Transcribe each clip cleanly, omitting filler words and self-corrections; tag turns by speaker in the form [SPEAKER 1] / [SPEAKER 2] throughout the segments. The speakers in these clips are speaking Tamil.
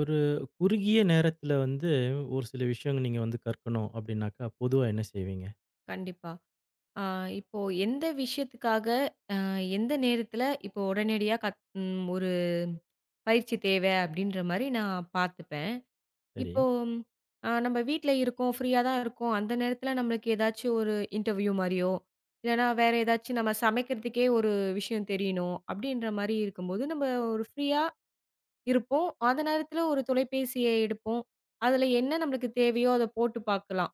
[SPEAKER 1] ஒரு குறுகிய நேரத்துல வந்து ஒரு சில விஷயங்கள் நீங்க வந்து கற்கணும் அப்படின்னாக்கா, பொதுவா என்ன செய்வீங்க?
[SPEAKER 2] கண்டிப்பா. ஆ இப்போ எந்த விஷயத்துக்காக, அ எந்த நேரத்துல இப்போ உடனடியா கத் ம் ஒரு பயிற்சி தேவை அப்படின்ற மாரி நான் பார்த்துப்பேன்.
[SPEAKER 1] சரி.
[SPEAKER 2] இப்போ நம்ம வீட்ல இருக்கோம், ஃப்ரீயா தான் இருக்கோம். அந்த நேரத்துல நம்மளுக்கு ஏதாச்சும் ஒரு இன்டர்வியூ மாரியோ, இல்லன்னா வேற ஏதாச்சும் நம்ம சமைக்கிறதுக்கே ஒரு விஷயம் தெரியணும் அப்படின்ற மாரி இருக்கும்போது, நம்ம ஒரு ஃப்ரீயா இருப்போம். அந்த நேரத்துல ஒரு தொலைபேசிய எடுப்போம். அதுல என்ன நம்மளுக்கு தேவையோ அத போட்டு பார்க்கலாம்.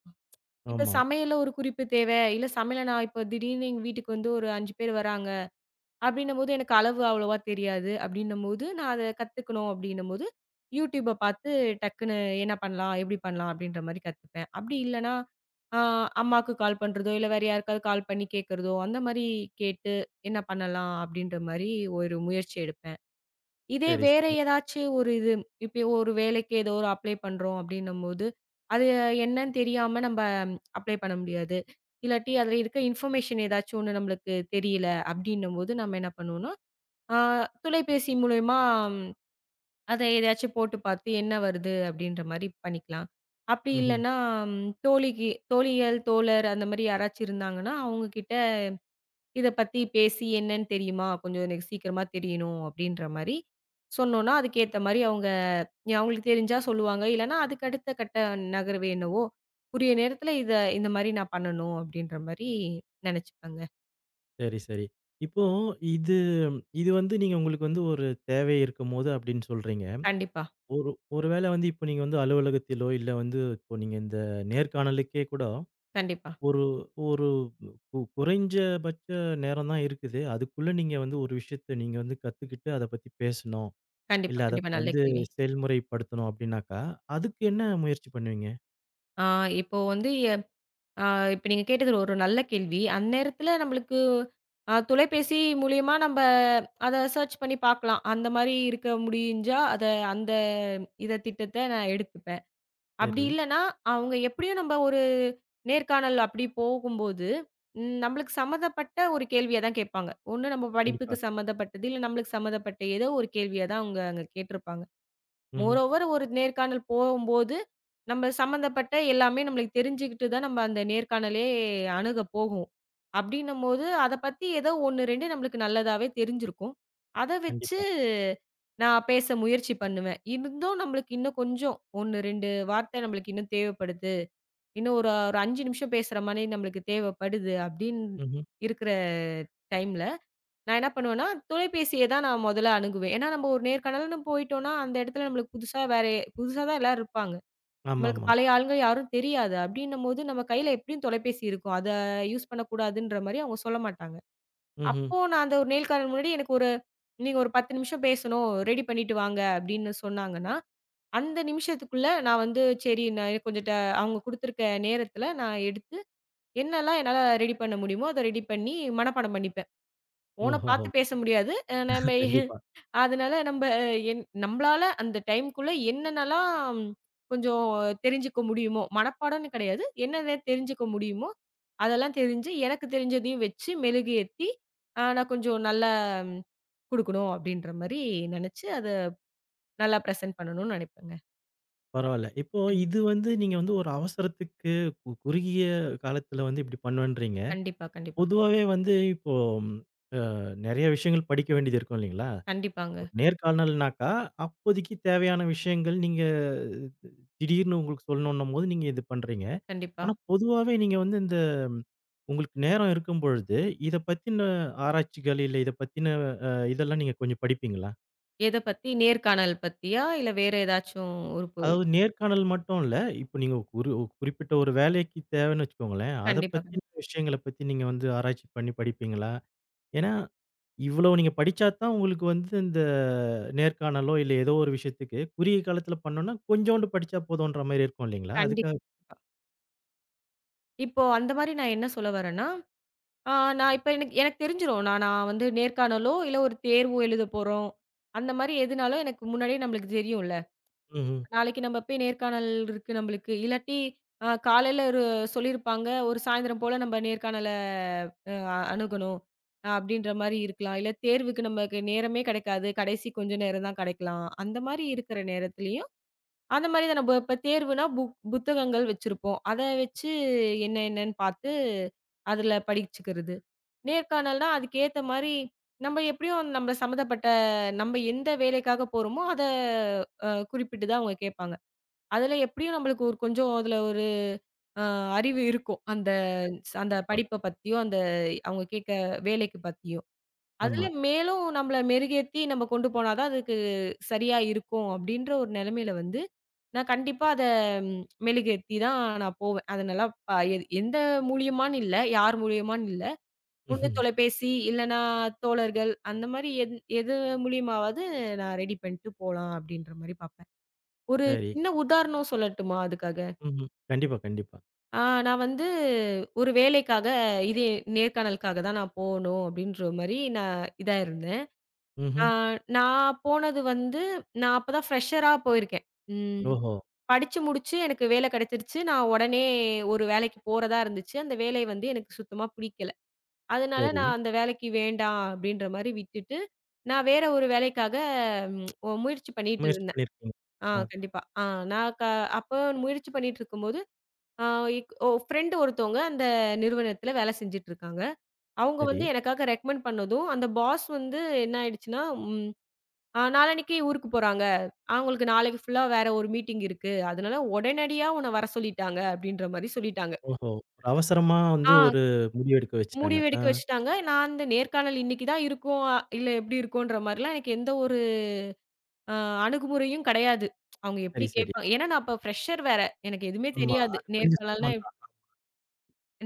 [SPEAKER 2] இப்ப
[SPEAKER 1] ஆமா.
[SPEAKER 2] சமையல்ல ஒரு குறிப்பு தேவ. இல்ல சமையல்ல நான் இப்ப திடீர்னு எங்க வீட்டுக்கு வந்து ஒரு 5 பேர் வராங்க. அப்டின்னும்போது எனக்கு அளவு அவ்வளவா தெரியாது. அப்டின்னும்போது நான் அத கத்துக்கணும் அப்டின்னும்போது, யூடியூப பார்த்து டக்குன்னு என்ன பண்ணலாம்? எப்டி பண்ணலாம்? அப்டின்ற மாரி கத்துப்பேன். அப்டி இல்லன்னா, ஆ அம்மாக்கு கால் பண்றதோ, இல்ல வேற யாருக்காவது கால் பண்ணி கேட்கறதோ, அந்த மாரி கேட்டு என்ன பண்ணலாம்? அப்டின்ற மாரி ஒரு முயற்சி எடுப்பேன். இதே
[SPEAKER 1] சரி,
[SPEAKER 2] வேற
[SPEAKER 1] சரி.
[SPEAKER 2] ஏதாச்சு ஒரு இது, இப்ப ஒரு வேலைக்கு ஏதோ ஒரு அப்ளை பண்றோம் அப்டின்னும்போது, அது என்னன்னு தெரியாம நம்ப அப்ளை பண்ண முடியாது. இல்லாட்டி அதுல இருக்க இன்ஃபர்மேஷன் ஏதாச்சும் ஒண்ணு நம்மளுக்கு தெரியல அப்டின்னும்போது, நம்ம என்ன பண்ணுவோம்னா, ஆ தொலைபேசி மூலியமா அத எதையாச்சும் போட்டு பார்த்து என்ன வருது அப்டின்ற மாரி பண்ணிக்கலாம். அப்டி
[SPEAKER 1] ம்ஹ்ம்.
[SPEAKER 2] இல்லன்னா, தோழிக்கு தோழிகள், தோழர் அந்த மாரி யாராச்சும் இருந்தாங்கன்னா, அவங்க கிட்ட இத பத்தி பேசி என்னன்னு தெரியுமா? கொஞ்சம் எனக்கு சீக்கிரமா தெரியணும் அப்டின்ற மாரி சொன்னோம்னா, அதுக்கேத்த மாரி அவங்க அவங்களுக்கு தெரிஞ்சா சொல்லுவாங்க. இல்லன்னா அதுக்கு அடுத்த கட்ட நகர்வு என்னவோ, உரிய நேரத்துல இத இந்த மாரி நான் பண்ணணும் அப்டின்ற மாரி நெனச்சுப்பேங்க.
[SPEAKER 1] சரி, சரி. இப்போ இது இது வந்து நீங்க உங்களுக்கு வந்து ஒரு தேவை இருக்கும்போது அப்படின்னு சொல்றீங்க.
[SPEAKER 2] கண்டிப்பா,
[SPEAKER 1] ஒரு ஒரு வேளை வந்து இப்போ நீங்க வந்து அலுவலகத்திலோ, இல்ல வந்து இப்போ நீங்க இந்த நேர்காணலுக்கே கூட
[SPEAKER 2] கண்டிப்பா,
[SPEAKER 1] ஒரு ஒரு கு குறைஞ்சபட்ச நேரம் தான் இருக்குது. அதுக்குள்ள நீங்க வந்து ஒரு விஷயத்த நீங்க வந்து கத்துக்கிட்டு அத பத்தி பேசணும்.
[SPEAKER 2] கண்டிப்பா,
[SPEAKER 1] இல்ல அத
[SPEAKER 2] கண்டிப்பா. நல்ல
[SPEAKER 1] வந்து
[SPEAKER 2] கேள்வி.
[SPEAKER 1] செயல்முறைப்படுத்தணும் அப்படின்னாக்கா, அதுக்கு என்ன முயற்சி பண்ணுவீங்க?
[SPEAKER 2] ஆ இப்போ வந்து ஆ இப்ப நீங்க கேட்டது ஒரு நல்ல கேள்வி. அந்நேரத்துல நம்மளுக்கு தொலைபேசி மூலியமா நம்ப அத சர்ச் பண்ணி பார்க்கலாம். அந்த மாரி இருக்க முடிஞ்சா, அத அந்த இத திட்டத்த நான் எடுத்துப்பேன். அப்படி
[SPEAKER 1] சரி.
[SPEAKER 2] இல்லன்னா, அவங்க எப்படியும் நம்ப ஒரு நேர்காணல் அப்படி போகும்போது, நம்மளுக்கு சம்மந்தப்பட்ட ஒரு கேள்விய தான் கேட்பாங்க. ஒண்ணு நம்ம
[SPEAKER 1] கண்டிப்பா.
[SPEAKER 2] படிப்புக்கு சம்மந்தப்பட்டது, இல்ல நம்மளுக்கு சம்மந்தப்பட்ட ஏதோ ஒரு கேள்விய தான் அவங்க அங்க கேட்டிருப்பாங்க.
[SPEAKER 1] ம்ஹ்ம்.
[SPEAKER 2] மோரோவர் ஒரு நேர்காணல் போகும்போது, நம்ம சம்மந்தப்பட்ட எல்லாமே நம்மளுக்கு தெரிஞ்சுக்கிட்டு தான் நம்ம அந்த நேர்காணலே அணுக போகும். அப்டின்னும்போது, அத பத்தி ஏதோ 1, 2 நம்மளுக்கு நல்லதாவே தெரிஞ்சிருக்கும். அத வச்சு
[SPEAKER 1] கண்டிப்பா.
[SPEAKER 2] நான் பேச முயற்சி பண்ணுவேன். இருந்தும் நம்மளுக்கு இன்னும் கொஞ்சம் 1, 2 வார்த்தை நம்மளுக்கு இன்னும் தேவைப்படுது. இன்னும் ஒரு ஒரு 5 நிமிஷம் பேசுற மாரி நம்மளுக்கு தேவைப்படுது அப்டின்னு
[SPEAKER 1] ம்ஹ்ம்.
[SPEAKER 2] இருக்கிற டைம்ல நான் என்ன பண்ணுவேன்னா, தொலைபேசிய தான் நான் மொதல்ல அணுகுவேன். ஏன்னா, நம்ம ஒரு நேர்காணல்னு போயிட்டோம்னா, அந்த இடத்துல நம்மளுக்கு புதுசா வேற புதுசா தான் எல்லாரும் இருப்பாங்க. நம்மளுக்கு
[SPEAKER 1] ஆமாமா.
[SPEAKER 2] பழைய ஆளுங்க யாரும் தெரியாது. அப்டின்னும்போது நம்ம கையில எப்படியும் தொலைபேசி இருக்கும். அத யூஸ் பண்ணக்கூடாதுன்ற மாரி அவங்க சொல்ல மாட்டாங்க.
[SPEAKER 1] ம்ஹ்ம்.
[SPEAKER 2] அப்போ நான் அந்த ஒரு நேர்காணல் முன்னாடி எனக்கு ஒரு நீங்க ஒரு 10 நிமிஷம் பேசணும். ரெடி பண்ணிட்டு வாங்க அப்படின்னு சொன்னாங்கன்னா, அந்த நிமிஷத்துக்குள்ள நான் வந்து சரி நான் எனக்கு கொஞ்சம் அவங்க குடுத்துருக்க நேரத்துல நான் எடுத்து என்னலாம் என்னால ரெடி பண்ண முடியுமோ, அத ரெடி பண்ணி மனப்பாடம் பண்ணிப்பேன். ஃபோன பாத்து
[SPEAKER 1] ஓஹோஹோ!
[SPEAKER 2] பேச முடியாது. நம்ம
[SPEAKER 1] கண்டிப்பா.
[SPEAKER 2] அதனால நம்ப என் நம்பளால அந்த டைம்க்குள்ள என்னென்னலாம் கொஞ்சம் தெரிஞ்சுக்க முடியுமோ, மனப்பாடம்ன்னு கிடையாது. என்னென்ன தெரிஞ்சுக்க முடியுமோ, அதெல்லாம் தெரிஞ்சு, எனக்கு தெரிஞ்சதையும் வச்சு மெழுகுயர்த்தி, நான் கொஞ்சம் நல்லா குடுக்கணும் அப்படின்ற மாரி நெனச்சு, அத நல்லா பிரசன்ட் பண்ணணும்னு நெனைப்பேங்க.
[SPEAKER 1] பரவால்ல. இப்போ இது
[SPEAKER 2] கண்டிப்பா.
[SPEAKER 1] வந்து நீங்க வந்து ஒரு அவசரத்துக்கு குறுகிய காலத்துல வந்து இப்படி பண்ணுவேன்றீங்க.
[SPEAKER 2] கண்டிப்பா, கண்டிப்பா.
[SPEAKER 1] பொதுவாவே வந்து இப்போ நெறைய விஷயங்கள் படிக்க வேண்டியது இருக்கும் இல்லைங்களா?
[SPEAKER 2] கண்டிப்பாங்க.
[SPEAKER 1] ஒரு நேர்காணல்னாக்கா, அப்போதைக்கு தேவையான விஷயங்கள் நீங்க திடீர்னு உங்களுக்கு சொல்லணும்ன்னும் போது நீங்க இது பண்றீங்க.
[SPEAKER 2] கண்டிப்பா.
[SPEAKER 1] ஆனா, பொதுவாவே நீங்க வந்து இந்த ம், உங்களுக்கு நேரம் இருக்கும் பொழுது, இத பத்தின ஆராய்ச்சிகள், இல்ல இத பத்தின இதெல்லாம் நீங்க கொஞ்சம் படிப்பீங்களா?
[SPEAKER 2] எத பத்தி? நேர்காணல் பத்தியா? இல்ல வேற ஏதாச்சும் ஒரு
[SPEAKER 1] அதாவது நேர்காணல் மட்டும் இல்ல, இப்போ நீங்க ஒரு ஒரு குறிப்பிட்ட ஒரு வேலைக்கு தேவைன்னு வச்சுக்கோங்களேன், அத
[SPEAKER 2] கண்டிப்பா.
[SPEAKER 1] பத்தின விஷயங்கள பத்தி நீங்க வந்து ஆராய்ச்சி பண்ணி படிப்பீங்களா? ஏன்னா, இவ்வளவு நீங்க படிச்சா தான் உங்களுக்கு வந்து இந்த நேர்காணலோ, இல்ல ஏதோ ஒரு விஷயத்துக்கு குறுகிய காலத்துல பண்ணோம்னா, கொஞ்சோண்டு படிச்சா போதும்ன்ற மாரி இருக்கும் இல்லைங்களா?
[SPEAKER 2] கண்டிப்
[SPEAKER 1] அதுக்காக
[SPEAKER 2] இப்போ அந்த மாரி நான் என்ன சொல்ல வரேன்னா நான் இப்ப எனக்கு எனக்கு தெரிஞ்சிரும். நான் நான் வந்து நேர்காணலோ, இல்ல ஒரு தேர்வோ எழுத போறோம். அந்த மாரி எதுனாலும் எனக்கு முன்னாடியே நம்மளுக்கு தெரியும்ல.
[SPEAKER 1] ம்ஹ்ம்.
[SPEAKER 2] நாளைக்கு நம்ம போய் நேர்காணல் இருக்கு நம்மளுக்கு. இல்லாட்டி காலையில ஒரு சொல்லியிருப்பாங்க. ஒரு சாயந்தரம் போல நம்ம நேர்காணல அ அணுகணும். அப்படின்ற மாரி இருக்கலாம். இல்ல தேர்வுக்கு நமக்கு நேரமே கிடைக்காது. கடைசி கொஞ்ச நேரம் தான் கிடைக்கலாம். அந்த மாரி இருக்கிற நேரத்திலயும் அந்த மாரி தான் நம்ம இப்ப தேர்வுனா புத்தகங்கள் வச்சிருப்போம். அத வச்சு என்ன என்னன்னு பார்த்து அதுல படிச்சுக்கிறது. நேர்காணல்னா அதுக்கேத்த மாரி நம்ம எப்படியும் நம்மள சம்மந்தப்பட்ட நம்ம எந்த வேலைக்காக போறோமோ அத குறிப்பிட்டு தான் அவங்க கேட்பாங்க. அதுல எப்படியும் நம்மளுக்கு ஒரு கொஞ்சம் அதுல ஒரு அ அறிவு இருக்கும். அந்த
[SPEAKER 1] கண்டிப்பா,
[SPEAKER 2] அந்த
[SPEAKER 1] கண்டிப்பா.
[SPEAKER 2] படிப்ப பத்தியும், அந்த அவங்க கேட்க வேலைக்கு பத்தியும். அதுல
[SPEAKER 1] ஆமா.
[SPEAKER 2] மேலும் நம்மள மெருகேத்தி நம்ம கொண்டு போனா தான் அதுக்கு சரியா இருக்கும் அப்படின்ற ஒரு நிலைமையில வந்து, நான் கண்டிப்பா அத மெழுகேத்தி தான் நான் போவேன். அத நல்லா ப எ எந்த மூலியமான்னு இல்ல, யார் மூலியமான்னு இல்ல. ஒண்ணு
[SPEAKER 1] ம்ஹ்ம்.
[SPEAKER 2] தொலைபேசி, இல்லன்னா தோழர்கள் அந்த மாரி எது எது மூலியமாவது நான் ரெடி பண்ணிட்டு போலாம் அப்படின்ற மாரி பார்ப்பேன். ஒரு
[SPEAKER 1] சரி.
[SPEAKER 2] சின்ன உதாரணம் சொல்லட்டுமா அதுக்காக?
[SPEAKER 1] ம்ஹ்ம். கண்டிப்பா, கண்டிப்பா.
[SPEAKER 2] நான் வந்து ஒரு வேலைக்காக இதே நேர்காணலுக்காக தான் நான் போணும் அப்படின்ற மாரி நான் இதா இருந்தேன். ஆ
[SPEAKER 1] ம்ஹ்ம்.
[SPEAKER 2] நான் போனது வந்து நான் அப்ப தான் ஃப்ரெஷரா போயிருக்கேன். ம்.
[SPEAKER 1] ஓஹோ!
[SPEAKER 2] படிச்சு முடிச்சு எனக்கு வேலை கிடைச்சிருச்சு. நான் உடனே ஒரு வேலைக்கு போறதா இருந்துச்சு. அந்த வேலை வந்து எனக்கு சுத்தமா பிடிக்கல. அதனால
[SPEAKER 1] சரி.
[SPEAKER 2] நான் அந்த வேலைக்கு வேண்டாம் அப்படின்ற மாரி விட்டுட்டு, நான் வேற ஒரு வேலைக்காக ம், ஒ முயற்சி பண்ணிட்டு
[SPEAKER 1] முயற்சி
[SPEAKER 2] இருந்தேன்.
[SPEAKER 1] பண்ணியிருக்கீங்க. ஆ,
[SPEAKER 2] கண்டிப்பா. நான் அப்ப முயற்சி பண்ணிட்டு இருக்கும்போது, ஆ இக் ஒ ஃப்ரெண்ட் ஒருத்தவங்க அந்த நிறுவனத்தில வேலை செஞ்சுட்டு இருக்காங்க. அவங்க
[SPEAKER 1] சரி.
[SPEAKER 2] வந்து எனக்காக ரெக்கமெண்ட் பண்ணதும், அந்த பாஸ் வந்து என்ன ஆயிடுச்சுன்னா, ம் ஆ நாளான்னைக்கு ஊருக்கு போறாங்க. அவங்களுக்கு நாளைக்கு ஃபுல்லா வேற ஒரு மீட்டிங் இருக்கு. அதனால உடனடியா உன்ன வர சொல்லிட்டாங்க அப்டின்ற மாரி சொல்லிட்டாங்க.
[SPEAKER 1] ஓஹோ! ஒரு அவசரமா வந்து
[SPEAKER 2] ஆ
[SPEAKER 1] ஒரு முடிவு எடுக்க வச்சுட்டாங்க.
[SPEAKER 2] முடிவு
[SPEAKER 1] ஆ,
[SPEAKER 2] எடுக்க வச்சுட்டாங்க. நான் அந்த நேர்காணல் இன்னைக்கு தான் இருக்கும். இல்ல எப்டி இருக்கும்ன்ற மாரிலாம் எனக்கு எந்த ஒரு அ அணுகுமுறையும் கெடையாது. அவங்க எப்டி
[SPEAKER 1] சரி, சரி.
[SPEAKER 2] கேட்பாங்க ஏன்னா நான் அப்ப ஃப்ரெஷர் வேற. எனக்கு எதுவுமே
[SPEAKER 1] ஆமா.
[SPEAKER 2] தெரியாது.
[SPEAKER 1] அது கொஞ்சம்
[SPEAKER 2] நேர்காணல்னா
[SPEAKER 1] சிரமம் தான்.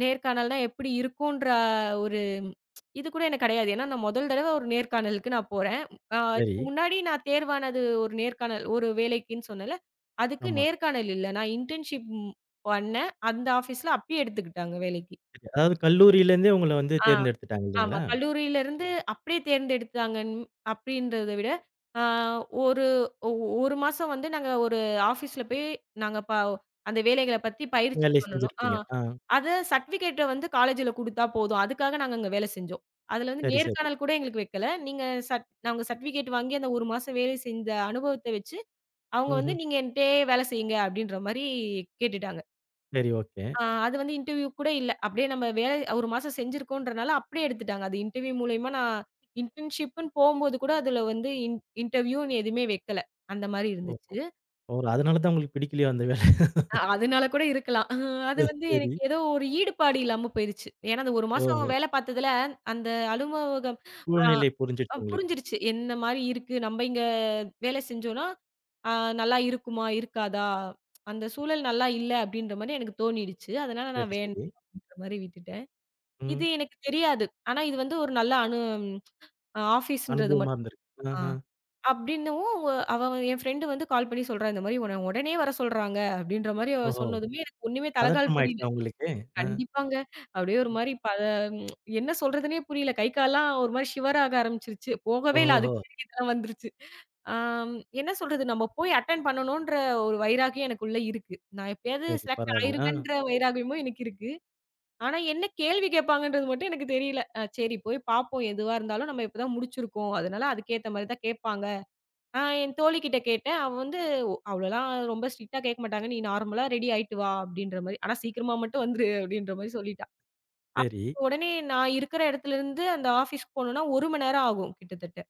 [SPEAKER 2] நேர்காணல்னா எப்படி இருக்குன்ற ஒரு இது கூட எனக்கு கிடையாது. ஏன்னா, நான் முதல் தடவ ஒரு நேர்காணலுக்கு நான் போறேன்.
[SPEAKER 1] சரி.
[SPEAKER 2] அதுக்கு முன்னாடி நான் தேர்வானது ஒரு நேர்காணல் ஒரு வேலைக்குன்னு சொன்னேன்ல. அதுக்கு
[SPEAKER 1] ஆமா.
[SPEAKER 2] நேர்காணல் இல்ல. நான் இன்டர்ன்ஷிப் பண்ணேன். அந்த ஆஃபீஸ்ல அப்பயே எடுத்துக்கிட்டாங்க வேலைக்கு.
[SPEAKER 1] சரி. அதாவது கல்லூரியிலேருந்தே உங்கள வந்து
[SPEAKER 2] ஆ.
[SPEAKER 1] தேர்ந்தெடுத்துட்டாங்க
[SPEAKER 2] ஆமா.
[SPEAKER 1] இல்லைங்களா?
[SPEAKER 2] கல்லூரியிலருந்து அப்படியே தேர்ந்தெடுத்தாங்கன் அப்படின்றத விட, ஆ ஒரு ஒ 1 மாசம் வந்து நாங்க ஒரு ஆஃபீஸ்ல போய் நாங்க அந்த வேலைகள பத்தி பயிற்சி
[SPEAKER 1] வேலை
[SPEAKER 2] பண்ணணும்.
[SPEAKER 1] செஞ்சிருப்பீங்க. ஆ,
[SPEAKER 2] அத சர்டிஃபிகேட்ட வந்து காலேஜ்ல குடுத்தா போதும். அதுக்காக நாங்க அங்க வேலை செஞ்சோம். அதுல வந்து
[SPEAKER 1] சரி, சரி.
[SPEAKER 2] நேர்காணல் கூட எங்களுக்கு வைக்கல. நீங்க நாங்க சர்டிஃபிகேட் வாங்கி அந்த 1 மாசம் வேலை செஞ்ச அனுபவத்த வச்சு, அவங்க வந்து
[SPEAKER 1] ம்ஹ்ம்.
[SPEAKER 2] நீங்க என்ட்டயே வேலை செய்யுங்க அப்படின்ற மாரி கேட்டுட்டாங்க.
[SPEAKER 1] சரி, ஓகே.
[SPEAKER 2] அது வந்து இன்டர்வியூ கூட இல்ல. அப்படியே நம்ம வேலை 1 மாசம் செஞ்சிருக்கோன்றனால அப்படியே எடுத்துட்டாங்க. அது இன்டர்வியூ மூலியமா நான் இன்டர்ன்ஷிப்ன்னு போம்போது கூட அதுல வந்து இன்டர்வியூன்னு எதுவுமே வைக்கல. அந்த மாரி
[SPEAKER 1] ஓஹோ!
[SPEAKER 2] இருந்துச்சு.
[SPEAKER 1] ஓ! அதனால தான் உங்களுக்கு பிடிக்கலையோ அந்த வேலை.
[SPEAKER 2] அதனால கூட இருக்கலாம். அது வந்து
[SPEAKER 1] சரி.
[SPEAKER 2] எனக்கு ஏதோ ஒரு ஈடுபாடு இல்லாம போயிருச்சு. ஏன்னா அந்த 1 மாசம்
[SPEAKER 1] ஓஹோ!
[SPEAKER 2] வேல பார்த்ததுல அந்த அலுவலகம் ஆ
[SPEAKER 1] சூழ்நிலை
[SPEAKER 2] அ
[SPEAKER 1] புரிஞ்சிடுச்சு உங்களுக்கு.
[SPEAKER 2] புரிஞ்சிருச்சு. என்ன மாரி இருக்கு. நம்ம இங்க வேலை செஞ்சோம்னா, ஆ நல்லா இருக்குமா? இருக்காதா? அந்த சூழல் நல்லா இல்ல அப்படின்ற மாரி எனக்கு தோணிடுச்சு. அதனால நான்
[SPEAKER 1] சரி,
[SPEAKER 2] வேண்டாம்
[SPEAKER 1] சரி.
[SPEAKER 2] அப்படின்ற மாரி விட்டுட்டேன். இது
[SPEAKER 1] ம்.
[SPEAKER 2] எனக்கு தெரியாது. ஆனா இது வந்து ஒரு நல்ல ஆஃபீஸ்ன்றது
[SPEAKER 1] அனுபவமா
[SPEAKER 2] மட்டும்
[SPEAKER 1] இருந்திருக்கு.
[SPEAKER 2] ஆ.
[SPEAKER 1] ஆஹ.
[SPEAKER 2] அப்படின்னவும் என் ஃப்ரெண்ட் வந்து கால் பண்ணி சொல்றா, இந்த மாரி உன்ன உடனே வர சொல்றாங்க அப்படின்ற மாரி அவ
[SPEAKER 1] ஓஹோ!
[SPEAKER 2] சொன்னதுமே எனக்கு ஒண்ணுமே தலைகால்
[SPEAKER 1] பதற்றம்
[SPEAKER 2] புரியல.
[SPEAKER 1] ஆயிடுச்சா உங்களுக்கு? ஆ.
[SPEAKER 2] கண்டிப்பாங்க. அப்படியே ஒரு மாரி ம், என்ன சொல்றதுன்னே புரியல. கை கால்லாம் ஒரு மாரி ஷிவர் ஆக ஆரம்பிச்சுருச்சு. போகவே இல்ல.
[SPEAKER 1] ஓஹோஹோ!
[SPEAKER 2] அதுக்குள்ள எனக்கு இதெல்லாம் வந்துருச்சு. ஆம் என்ன சொல்றது? நம்ம போய் அட்டெண்ட் பண்ணணுன்ற ஒரு வைராகியம் எனக்குள்ள இருக்கு. நான் எப்படியாவது
[SPEAKER 1] சரி,
[SPEAKER 2] செலக்ட்
[SPEAKER 1] பரவால்ல. ஆ,
[SPEAKER 2] ஆயிருவேன்ற வைராகியமும் எனக்கு இருக்கு. ஆனா என்ன கேள்வி கேட்பாங்கன்றது மட்டும் எனக்கு தெரியல. சரி போய் பார்ப்போம் எதுவா இருந்தாலும் நம்ம இப்பதான் முடிச்சிருக்கோம். அதனால அதுக்கேத்த மாரி தான் கேட்பாங்க. என் தோழிகிட்ட கேட்டேன். அவ வந்து அவ்வளோலாம் ரொம்ப ஸ்ட்ரிக்ட்டா கேட்க மாட்டாங்க. நீ நார்மலா ரெடி ஆயிட்டு வா அப்படின்ற மாரி. ஆனா சீக்கிரமா மட்டும் வந்துரு அப்படின்ற மாரி சொல்லிட்டா.
[SPEAKER 1] சரி.
[SPEAKER 2] அப்ப உடனே நான் இருக்கிற இடத்துல இருந்து அந்த ஆஃபீஸ்க்கு போணும்னா 1 மணி நேரம் ஆகும் கிட்டத்தட்ட.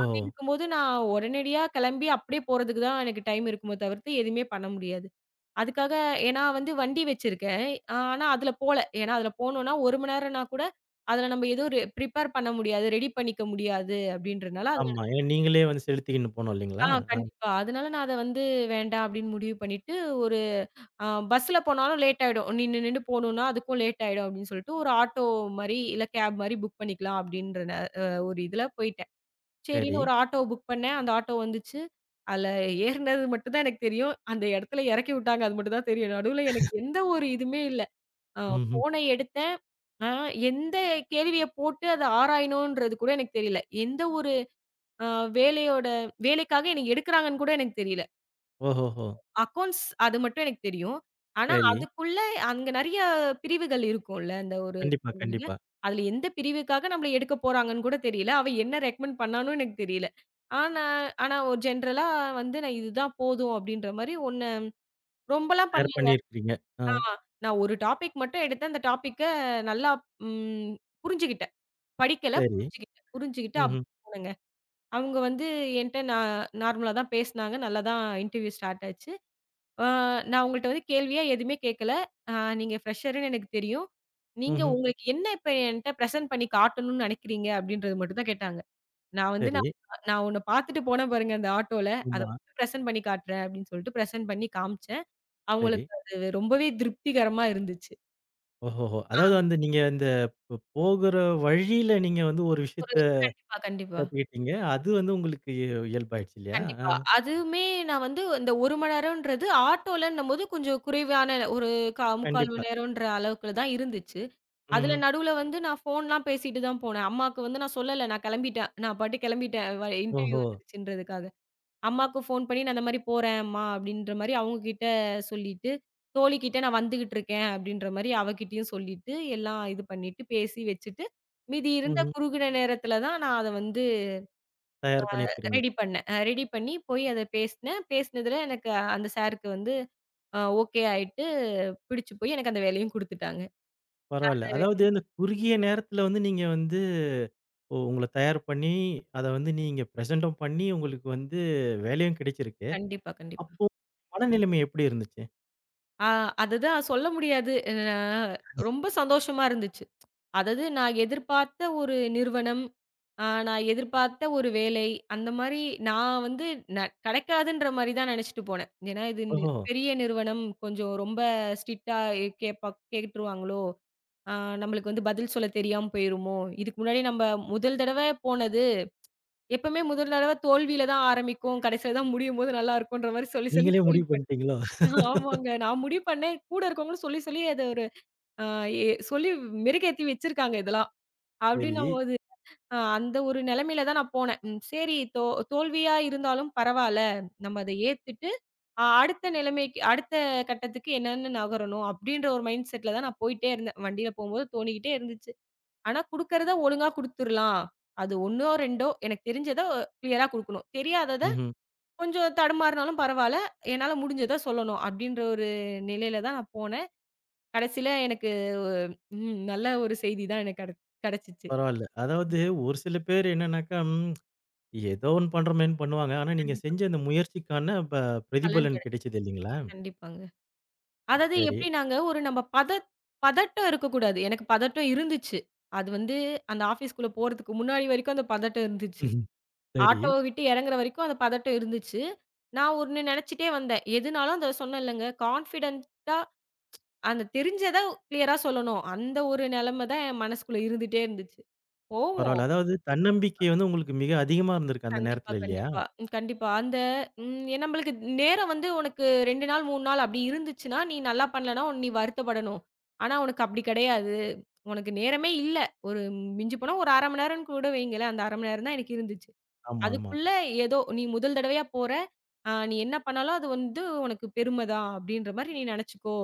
[SPEAKER 2] அப்படி இருக்கும்போது நான் உடனடியா கிளம்பி அப்படியே போறதுக்கு தான் எனக்கு டைம் இருக்குமோ தவிர்த்து எதுவுமே பண்ண முடியாது. அதுக்காக ஏன்னா வந்து வண்டி வச்சிருக்கேன். ஆனா அதுல போல. ஏன்னா அதுல போனோம்னா 1 மணி நேரம்னா கூட, அதுல நம்ம எதுவும் பிரிப்பேர் பண்ண முடியாது. ரெடி பண்ணிக்க முடியாது அப்படின்றனால அது
[SPEAKER 1] ஆமா. ஏன்னா நீங்களே வந்து செலுத்திக்கின்னு போணும் இல்லைங்களா? ஆ,
[SPEAKER 2] கண்டிப்பா. அதனால நான் அத வந்து வேண்டாம் அப்படின்னு முடிவு பண்ணிட்டு, ஒரு பஸ்ல போனாலும் லேட் ஆயிடும். நின்னு நின்னு போணும்னா அதுக்கும் லேட் ஆயிடும் அப்படின்னு சொல்லிட்டு, ஒரு ஆட்டோ மாரி இல்ல கேப் மாரி புக் பண்ணிக்கலாம் அப்படின்ற ந அ ஒரு இதுல போயிட்டேன்.
[SPEAKER 1] சரி.
[SPEAKER 2] சரின்னு ஒரு ஆட்டோ புக் பண்ணேன். அந்த ஆட்டோ வந்துச்சு. அதுல ஏறுனது மட்டும் தான் எனக்கு தெரியும். அந்த இடத்துல இறக்கி விட்டாங்க. அது மட்டும் தான் தெரியும். நடுவுல எனக்கு எந்த ஒரு இதுவுமே இல்ல. அ
[SPEAKER 1] ம்ஹ்ம்.
[SPEAKER 2] ஃபோன எடுத்தேன். ஆ எந்த கேள்விய போட்டு அத ஆராயணும்ன்றது கூட எனக்கு தெரியல. எந்த ஒரு அ வேலையோட வேலைக்காக என்ன எடுக்குறாங்கன்னு கூட எனக்கு தெரியல.
[SPEAKER 1] ஓஹோஹோ!
[SPEAKER 2] அக்கவுண்ட்ஸ் அது மட்டும் எனக்கு தெரியும். ஆனா,
[SPEAKER 1] சரி.
[SPEAKER 2] அதுக்குள்ள அங்க நெறைய பிரிவுகள் இருக்கும்ல, அந்த ஒரு
[SPEAKER 1] கண்டிப்பா,
[SPEAKER 2] கம்பெனில.
[SPEAKER 1] கண்டிப்பா.
[SPEAKER 2] அதுல எந்த பிரிவுக்காக நம்மள எடுக்க போறாங்கன்னு கூட தெரியல. அவன் என்ன ரெக்கமெண்ட் பண்ணானும் எனக்கு தெரியல. ஆனா ஆனா ஒரு ஜென்ரலா வந்து நான் இதுதான் போதும் அப்படின்ற மாரி ஒண்ணு ரொம்பலாம் பண்ண
[SPEAKER 1] ஷேர் பண்ணியிருக்கிறீங்க. ஆ,
[SPEAKER 2] ஆமா. நான் ஒரு டாபிக் மட்டும் எடுத்து அந்த டாபிக்க நல்லா ம் புரிஞ்சுகிட்டேன். படிக்கல.
[SPEAKER 1] சரி.
[SPEAKER 2] புரிஞ்சுகிட்டேன். புரிஞ்சுகிட்டு
[SPEAKER 1] ம்ஹ்ம்.
[SPEAKER 2] போனேங்க. அவங்க வந்து என்ட்ட நான் நார்மலா தான் பேசினாங்க. நல்லா தான் இன்டர்வியூ ஸ்டார்ட் ஆச்சு. ஆ நான் உங்கள்ட்ட வந்து கேள்வியா எதுவுமே கேட்கல. ஆ நீங்க ஃப்ரெஷர்ன்னு எனக்கு தெரியும். நீங்க
[SPEAKER 1] ம்ஹ்ம்.
[SPEAKER 2] உங்களுக்கு என்ன இப்ப என்ட்ட பிரசன்ட் பண்ணி காட்டணும்னு நினைக்கிறீங்க? அப்படின்றது மட்டும் தான் கேட்டாங்க. நான் வந்து
[SPEAKER 1] சரி.
[SPEAKER 2] நான் நான் உன்ன பார்த்துட்டு போனேன் பாருங்க அந்த ஆட்டோல. அத
[SPEAKER 1] ஆமா.
[SPEAKER 2] மட்டும் பிரசன்ட் பண்ணி காட்டுறேன் அப்படின்னு சொல்லிட்டு பிரசன்ட் பண்ணி காமிச்சேன்.
[SPEAKER 1] சரி.
[SPEAKER 2] அவங்களுக்கு அது ரொம்பவே திருப்திகரமா இருந்துச்சு.
[SPEAKER 1] ஓஹோஹோ! அதாவது வந்து நீங்க இந்த போகுற வழியில நீங்க வந்து ஒரு
[SPEAKER 2] ஒரு
[SPEAKER 1] விஷயத்த
[SPEAKER 2] கண்டிப்பா, கண்டிப்பா,
[SPEAKER 1] கத்துக்கிட்டீங்க. அது வந்து உங்களுக்கு இயல்பாயிடுச்சு இல்லையா? ஆ,
[SPEAKER 2] கண்டிப்பா. அதுவுமே நான் வந்து இந்த 1 மணி நேரம்ன்றது ஆட்டோலன்னும்போது கொஞ்சம் குறைவான ஒரு 3/4 மணி
[SPEAKER 1] கண்டிப்பா.
[SPEAKER 2] நேரம்ன்ற அளவுக்குல தான் இருந்துச்சு. அதுல
[SPEAKER 1] ம்ஹ்ம்.
[SPEAKER 2] நடுவுல வந்து நான் ஃபோன்லாம் பேசிட்டு தான் போனேன். அம்மாக்கு வந்து நான் சொல்லல. நான் கிளம்பிட்டேன். நான் பாட்டுக்கு கிளம்பிட்டேன். இன்டர்வியூ
[SPEAKER 1] ஓஹோ!
[SPEAKER 2] வந்துருச்சுன்றதுக்காக. அம்மாக்கு ஃபோன் பண்ணி நான் இந்த மாரி போறேன் அம்மா அப்படின்ற மாரி அவங்க கிட்ட சொல்லிட்டு, தோழிகிட்ட நான் வந்துகிட்டு இருக்கேன் அப்படின்ற மாரி அவகிட்டயும் சொல்லிட்டு, எல்லாம் இது பண்ணிட்டு பேசி வச்சுட்டு, மீதி இருந்த
[SPEAKER 1] ம்ஹ்ம்.
[SPEAKER 2] குறுகின நேரத்துல தான் நான் அத வந்து
[SPEAKER 1] தயார் பண்ணியிருக்கிறீங்க.
[SPEAKER 2] ரெடி பண்ணேன். ரெடி பண்ணி போய் அத பேசினேன். பேசினதுல எனக்கு அந்த சாருக்கு வந்து ஓகே ஆயிட்டு, பிடிச்சு போய் எனக்கு அந்த வேலையும் குடுத்துட்டாங்க.
[SPEAKER 1] பரவால்ல.
[SPEAKER 2] அந்த வேலை
[SPEAKER 1] அதாவது இந்த குறுகிய நேரத்துல வந்து நீங்க வந்து ஓ! உங்கள தயார் பண்ணி, அத வந்து நீங்க பிரசென்டும் பண்ணி, உங்களுக்கு வந்து வேலையும் கிடைச்சிருக்கு.
[SPEAKER 2] கண்டிப்பா, கண்டிப்பா.
[SPEAKER 1] அப்போ மனநிலைமை எப்படி இருந்துச்சு?
[SPEAKER 2] ஆ அதுதான் சொல்ல முடியாது. ரொம்ப சந்தோஷமா இருந்துச்சு. அதாவது நான் எதிர்பார்த்த ஒரு நிறுவனம், நான் எதிர்பார்த்த ஒரு வேலை, அந்த மாரி நான் வந்து கெடைக்காதுன்ற மாரி தான் நெனச்சுட்டு போனேன். ஏன்னா இது
[SPEAKER 1] ஓஹோ!
[SPEAKER 2] பெரிய நிறுவனம், கொஞ்சம் ரொம்ப ஸ்ட்ரிக்ட்டா கேப்பா கேட்டுருவாங்களோ! ஆ நம்மளுக்கு வந்து பதில் சொல்ல தெரியாம போயிருமோ! இதுக்கு முன்னாடி நம்ம முதல் தடவ போனது, எப்பவுமே முதல் தடவ தோல்வியில தான் ஆரம்பிக்கும். கடைசில தான் முடியும்போது நல்லா இருக்குன்ற மாரி சொல்லி, சொல்லி
[SPEAKER 1] நீங்களே முடிவு
[SPEAKER 2] கேள்விப்பட்டேன்.
[SPEAKER 1] பண்ணிட்டீங்களோ?
[SPEAKER 2] ஆமாங்க. நான் முடிவு பண்ணேன். கூட இருக்கவங்களும் சொல்லி, சொல்லி அத ஒரு அ எ சொல்லி மெருகேத்தி வச்சிருக்காங்க இதெல்லாம்.
[SPEAKER 1] சரி.
[SPEAKER 2] அப்டின்னும்போது, அந்த ஒரு நெலைமையில தான் நான் போனேன். சரி தோல்வியா இருந்தாலும் பரவால்ல. நம்ம அத ஏத்துட்டு, அடுத்த நிலைமைக்கு அடுத்த கட்டத்துக்கு என்னன்னு நகரணும் அப்டின்ற ஒரு மைண்ட் செட்ல தான் நான் போயிட்டே இருந்தேன். வண்டியில போம்போது தோணிக்கிட்டே இருந்துச்சு. ஆனா குடுக்கறத ஒழுங்கா குடுத்துரலாம். அது 1ஓ, 2ஓ எனக்கு தெரிஞ்சத கிளியரா குடுக்கணும். தெரியாதத
[SPEAKER 1] ம்ஹ்ம்.
[SPEAKER 2] கொஞ்சம் தடுமாறுனாலும் பரவால்ல. என்னால முடிஞ்சத சொல்லணும். அப்டின்ற ஒரு நிலையில தான் நான் போனேன். கடைசில எனக்கு நல்ல ஒரு செய்தி தான் எனக்கு கெடச்சிச்சு.
[SPEAKER 1] பரவால்ல. அதாவது ஒரு சில பேர் என்னன்னாக்கா, ஏதோ ஒண்ணு பண்றோமேன்னு பண்ணுவாங்க. ஆனா நீங்க
[SPEAKER 2] கண்டிப்பா.
[SPEAKER 1] செஞ்ச அந்த முயற்சிக்கான
[SPEAKER 2] பலன்
[SPEAKER 1] பிரதிபலன்
[SPEAKER 2] கெடச்சு
[SPEAKER 1] கிடைச்சது இல்லைங்களா?
[SPEAKER 2] கண்டிப்பாங்க. அதாவது
[SPEAKER 1] சரி.
[SPEAKER 2] எப்டி நாங்க ஒரு நம்ம பதட்டம் இருக்கக்கூடாது. எனக்கு பதட்டம் இருந்துச்சு. அது வந்து அந்த ஆஃபீஸ்குள்ள போறதுக்கு முன்னாடி வரைக்கும் அந்த பதட்டம் இருந்துச்சு.
[SPEAKER 1] ம்ஹ்ம். சரி.
[SPEAKER 2] ஆட்டோவ விட்டு இறங்குற வரைக்கும் அந்த பதட்டம் இருந்துச்சு. நான் ஒண்ணு நினைச்சுட்டே வந்தேன். எதுனாலும் அந்த சொன்னேன் இல்லங்க, கான்ஃபிடென்ட்டா அந்த தெரிஞ்சத கிளியரா சொல்லணும். அந்த ஒரு நிலைமை தான் என் மனசுக்குள்ள இருந்துட்டே இருந்துச்சு. போவோம்.
[SPEAKER 1] பரவால்ல. அதாவது தன்னம்பிக்கை வந்து உங்களுக்கு மிக அதிகமா இருந்திருக்கு அந்த
[SPEAKER 2] கண்டிப்பா,
[SPEAKER 1] நேரத்துல இல்லையா?
[SPEAKER 2] கண்டிப்பா. கண்டிப்பா. அந்த நம்மளுக்கு நேரம் வந்து உனக்கு 2 நாள், 3 நாள் அப்படி இருந்துச்சுன்னா, நீ நல்லா பண்ணலன்னா நீ வருத்தப்படணும். ஆனா உனக்கு அப்படி கிடையாது. உனக்கு நேரமே இல்ல. ஒரு மிஞ்சி போனா ஒரு 1/2 மணி நேரம்னு கூட வைங்களேன். அந்த 1/2 மணி நேரம் தான் எனக்கு இருந்துச்சு.
[SPEAKER 1] ஆமா, ஆமா.
[SPEAKER 2] அதுக்குள்ள ஏதோ நீ முதல் தடவையா போற. நீ என்ன பண்ணாலும் அது வந்து உனக்கு பெருமை தான் அப்டின்ற மாரி நீ நெனச்சுக்கோ.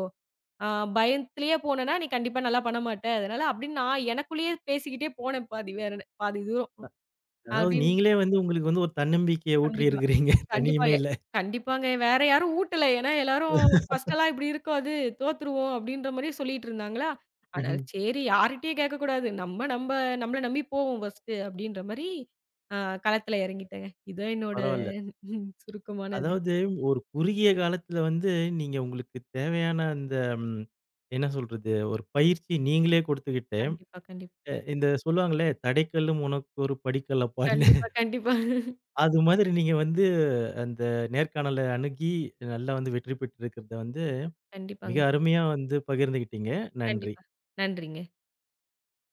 [SPEAKER 2] அ பயத்திலேயே போனனா நீ கண்டிப்பா நல்லா பண்ண மாட்ட. அதனால அப்டின்னு நான் எனக்குள்ளேயே பேசிக்கிட்டே போனேன் பாதி வேற பாதி தூரம்.
[SPEAKER 1] அதாவது
[SPEAKER 2] அப்டின்னு
[SPEAKER 1] நீங்களே வந்து உங்களுக்கு வந்து ஒரு தன்னம்பிக்கைய
[SPEAKER 2] கண்டிப்பா.
[SPEAKER 1] ஊற்றியிருக்கிறீங்க
[SPEAKER 2] கண்டிப்பா.
[SPEAKER 1] தனிமையில.
[SPEAKER 2] கண்டிப்பாங்க. வேற யாரும் ஊட்டல. ஏன்னா எல்லாரும் ஃபர்ஸ்ட்டெல்லாம் இப்டி இருக்காது. தோத்துருவோம் அப்டின்ற மாரியே சொல்லிட்டு இருந்தாங்களா. ஆனால்
[SPEAKER 1] ம்ஹ்ம்.
[SPEAKER 2] சரி யார்கிட்டயும் கேட்கக்கூடாது. நம்மள நம்பி போவோம் ஃபர்ஸ்ட்டு அப்டின்ற மாரி அ களத்துல இறங்கிட்டேங்க. இதான் என்னோட
[SPEAKER 1] பரவால்ல.
[SPEAKER 2] சுருக்கமான இது.
[SPEAKER 1] அதாவது ஒரு குறுகிய காலத்துல வந்து நீங்க உங்களுக்கு தேவையான அந்த ம், என்ன சொல்றது ஒரு பயிற்சி நீங்களே கொடுத்துக்கிட்டு
[SPEAKER 2] கண்டிப்பா, கண்டிப்பா.
[SPEAKER 1] இந்த சொல்லுவாங்களே தடைக்கல்லும் உனக்கு ஒரு படிக்கல் அப்பான்னு
[SPEAKER 2] கண்டிப்பா, கண்டிப்பா.
[SPEAKER 1] அது மாதிரி நீங்க வந்து அந்த நேர்காணலை அணுகி நல்லா வந்து வெற்றி பெற்றிருக்கிறத வந்து மிக
[SPEAKER 2] கண்டிப்பாங்க.
[SPEAKER 1] அருமையா வந்து பகிர்ந்துகிட்டீங்க. நன்றி.
[SPEAKER 2] கண்டிப்பா. நன்றிங்க.